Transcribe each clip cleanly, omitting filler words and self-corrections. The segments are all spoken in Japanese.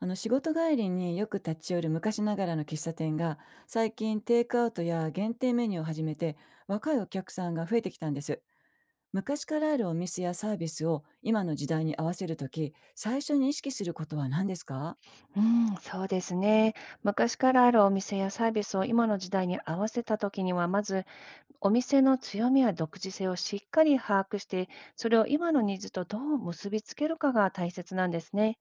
あの、仕事帰りによく立ち寄る昔ながらの喫茶店が最近テイクアウトや限定メニューを始めて若いお客さんが増えてきたんです。昔からあるお店やサービスを今の時代に合わせるとき最初に意識することは何ですか？うん、そうですね。昔からあるお店やサービスを今の時代に合わせたときには、まずお店の強みや独自性をしっかり把握して、それを今のニーズとどう結びつけるかが大切なんですね。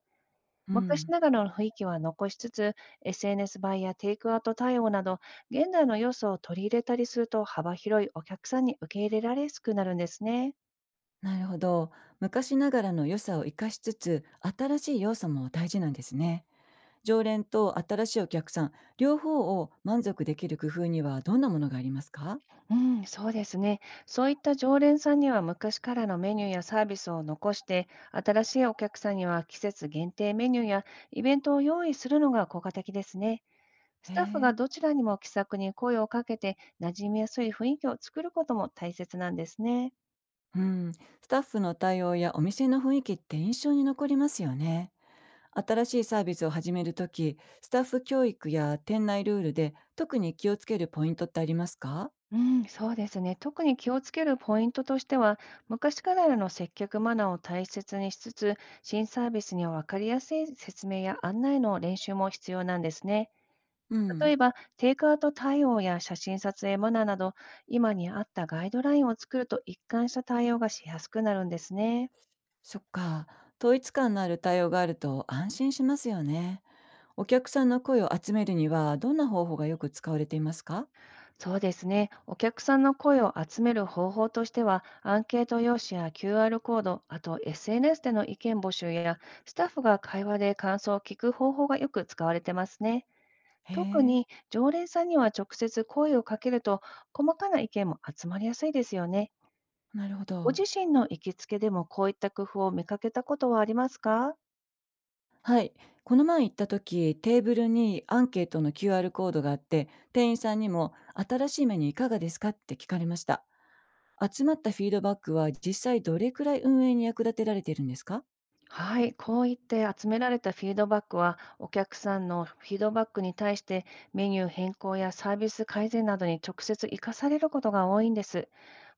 う昔ん。ながらの雰囲気は残しつつ、SNS 映えやテイクアウト対応など、現代の要素を取り入れたりすると幅広いお客さんに受け入れられやすくなるんですね。なるほど。昔ながらの良さを生かしつつ新しい要素も大事なんですね。常連と新しいお客さん両方を満足できる工夫にはどんなものがありますか？うん、そうですね。そういった常連さんには昔からのメニューやサービスを残して、新しいお客さんには季節限定メニューやイベントを用意するのが効果的ですね。スへタッフがえ。どちらにも気さくに声をかけて、馴染みやすい雰囲気を作ることも大切なんですね。うん、スタッフの対応やお店の雰囲気って印象に残りますよね。新しいサービスを始めるとき、スタッフ教育や店内ルールで特に気をつけるポイントってありますか？うん、そうですね。特に気をつけるポイントとしては、昔からの接客マナーを大切にしつつ、新サービスには分かりやすい説明や案内の練習も必要なんですね。う例ん。えば、テイクアウト対応や写真撮影マナーなど、今に合ったガイドラインを作ると一貫した対応がしやすくなるんですね。そっか。統一感のある対応があると安心しますよね。お客さんの声を集めるにはどんな方法がよく使われていますか？そうですね。お客さんの声を集める方法としては、アンケート用紙や QR コード、あと SNS での意見募集や、スタッフが会話で感想を聞く方法がよく使われてますね。へ特え、に常連さんには直接声をかけると、細かな意見も集まりやすいですよね。なるほごど。自身の行きつけでもこういった工夫を見かけたことはありますか？はい。この前行った時、テーブルにアンケートの QR コードがあって、店員さんにも新しいメニューいかがですかって聞かれました。集まったフィードバックは実際どれくらい運営に役立てられているんですか？はい、こういって集められたフィードバックは、お客さんのフィードバックに対してメニュー変更やサービス改善などに直接活かされることが多いんです。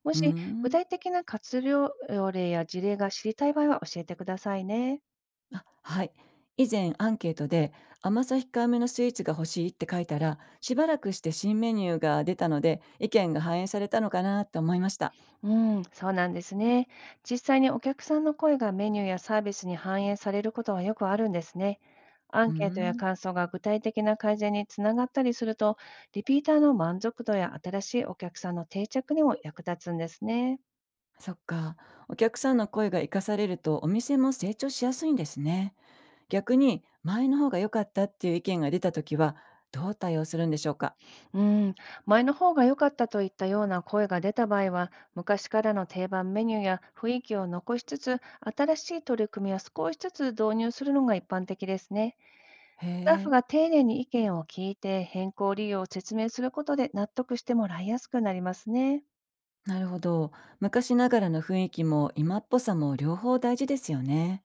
もうーし具ん。体的な活用例や事例が知りたい場合は教えてくださいね。あ、はい。以前アンケートで甘さ控えめのスイーツが欲しいって書いたら、しばらくして新メニューが出たので、意見が反映されたのかなと思いました。うん、そうなんですね。実際にお客さんの声がメニューやサービスに反映されることはよくあるんですね。アうンーケートやん。感想が具体的な改善につながったりすると、リピーターの満足度や新しいお客さんの定着にも役立つんですね。そっか。お客さんの声が活かされるとお店も成長しやすいんですね。逆に前の方が良かったっていう意見が出た時はどう対応するんでしょうか？うん、前の方が良かったといったような声が出た場合は、昔からの定番メニューや雰囲気を残しつつ、新しい取り組みを少しずつ導入するのが一般的ですね。へスタッフがえ。丁寧に意見を聞いて、変更理由を説明することで納得してもらいやすくなりますね。なるほど。昔ながらの雰囲気も今っぽさも両方大事ですよね。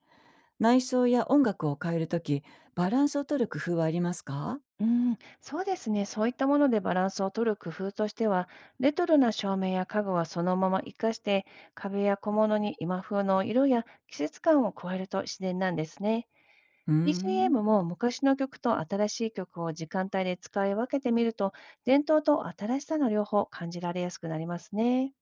内装や音楽を変える時バランスを取る工夫はありますか？うん、そうですね。そういったものでバランスを取る工夫としては、レトロな照明や家具はそのまま活かして、壁や小物に今風の色や季節感を加えると自然なんですね。うーん。 BGM も昔の曲と新しい曲を時間帯で使い分けてみると、伝統と新しさの両方を感じられやすくなりますね。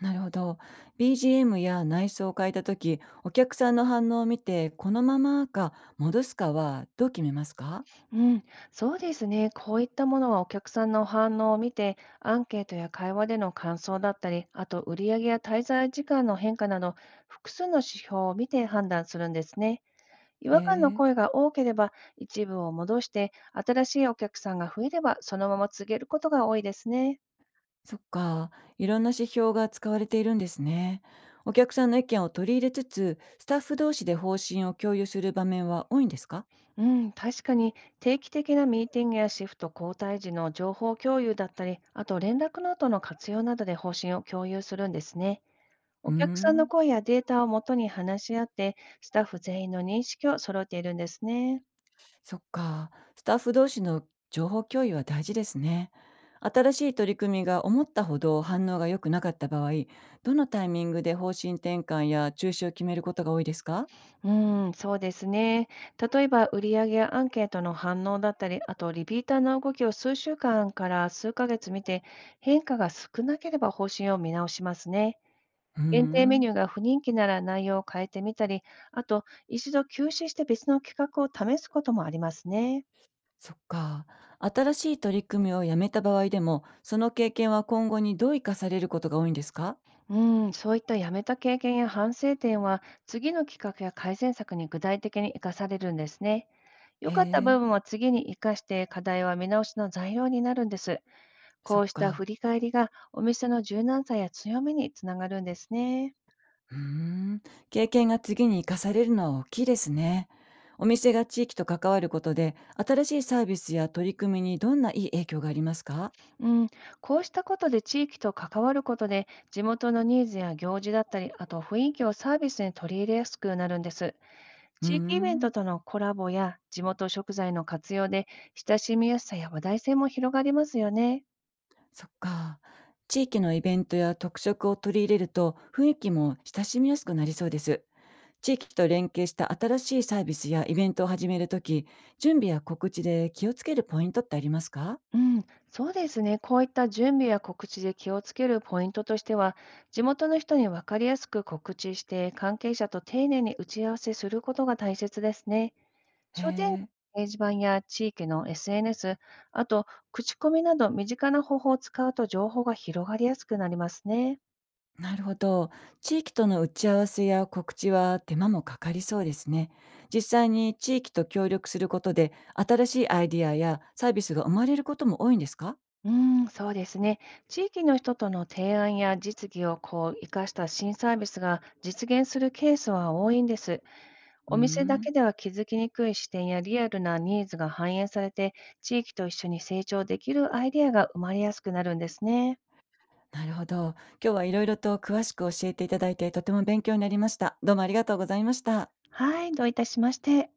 なるほど。 BGM や内装を変えた時お客さんの反応を見てこのままか戻すかはどう決めますか？うん、そうですね。こういったものはお客さんの反応を見て、アンケートや会話での感想だったり、あと売上や滞在時間の変化など、複数の指標を見て判断するんですね。違へ和感のえ。声が多ければ、一部を戻して、新しいお客さんが増えれば、そのまま告げることが多いですね。そっか、いろんな指標が使われているんですね。お客さんの意見を取り入れつつ、スタッフ同士で方針を共有する場面は多いんですか？うん、確かに定期的なミーティングやシフト交代時の情報共有だったり、あと連絡ノートの活用などで方針を共有するんですね。うーお客さんのん、声やデータをもとに話し合って、スタッフ全員の認識を揃えているんですね。そっか。スタッフ同士の情報共有は大事ですね。新しい取り組みが思ったほど反応が良くなかった場合、どのタイミングで方針転換や中止を決めることが多いですか？うん、そうですね。例えば、売上やアンケートの反応だったり、あとリピーターの動きを数週間から数ヶ月見て、変化が少なければ方針を見直しますね。うー限定メん、ニューが不人気なら内容を変えてみたり、あと一度休止して別の企画を試すこともありますね。そっか。新しい取り組みをやめた場合でも、その経験は今後にどう生かされることが多いんですか？うん、そういったやめた経験や反省点は、次の企画や改善策に具体的に生かされるんですね。良へかったえ。部分は次に生かして、課題は見直しの材料になるんです。そこっうした振か。り返りが、お店の柔軟さや強みにつながるんですね。うーん。経験が次に生かされるのは大きいですね。お店が地域と関わることで、新しいサービスや取り組みにどんないい影響がありますか？うん、こうしたことで地域と関わることで、地元のニーズや行事だったり、あと雰囲気をサービスに取り入れやすくなるんです。うー地域イベントん。とのコラボや地元食材の活用で親しみやすさや話題性も広がりますよね。そっか。地域のイベントや特色を取り入れると、雰囲気も親しみやすくなりそうです。地域と連携した新しいサービスやイベントを始めるとき、準備や告知で気をつけるポイントってありますか？うん、そうですね。こういった準備や告知で気をつけるポイントとしては、地元の人に分かりやすく告知して、関係者と丁寧に打ち合わせすることが大切ですね。へ商店街のえ。掲示板や地域の SNS、あと口コミなど身近な方法を使うと情報が広がりやすくなりますね。なるほど。地域との打ち合わせや告知は手間もかかりそうですね。実際に地域と協力することで新しいアイディアやサービスが生まれることも多いんですか？うーん、そうですね。地域の人との提案や実技をこう生かした新サービスが実現するケースは多いんです。うーお店だん。けでは気づきにくい視点やリアルなニーズが反映されて、地域と一緒に成長できるアイデアが生まれやすくなるんですね。なるほど。今日はいろいろと詳しく教えていただいてとても勉強になりました。どうもありがとうございました。はい、どういたしまして。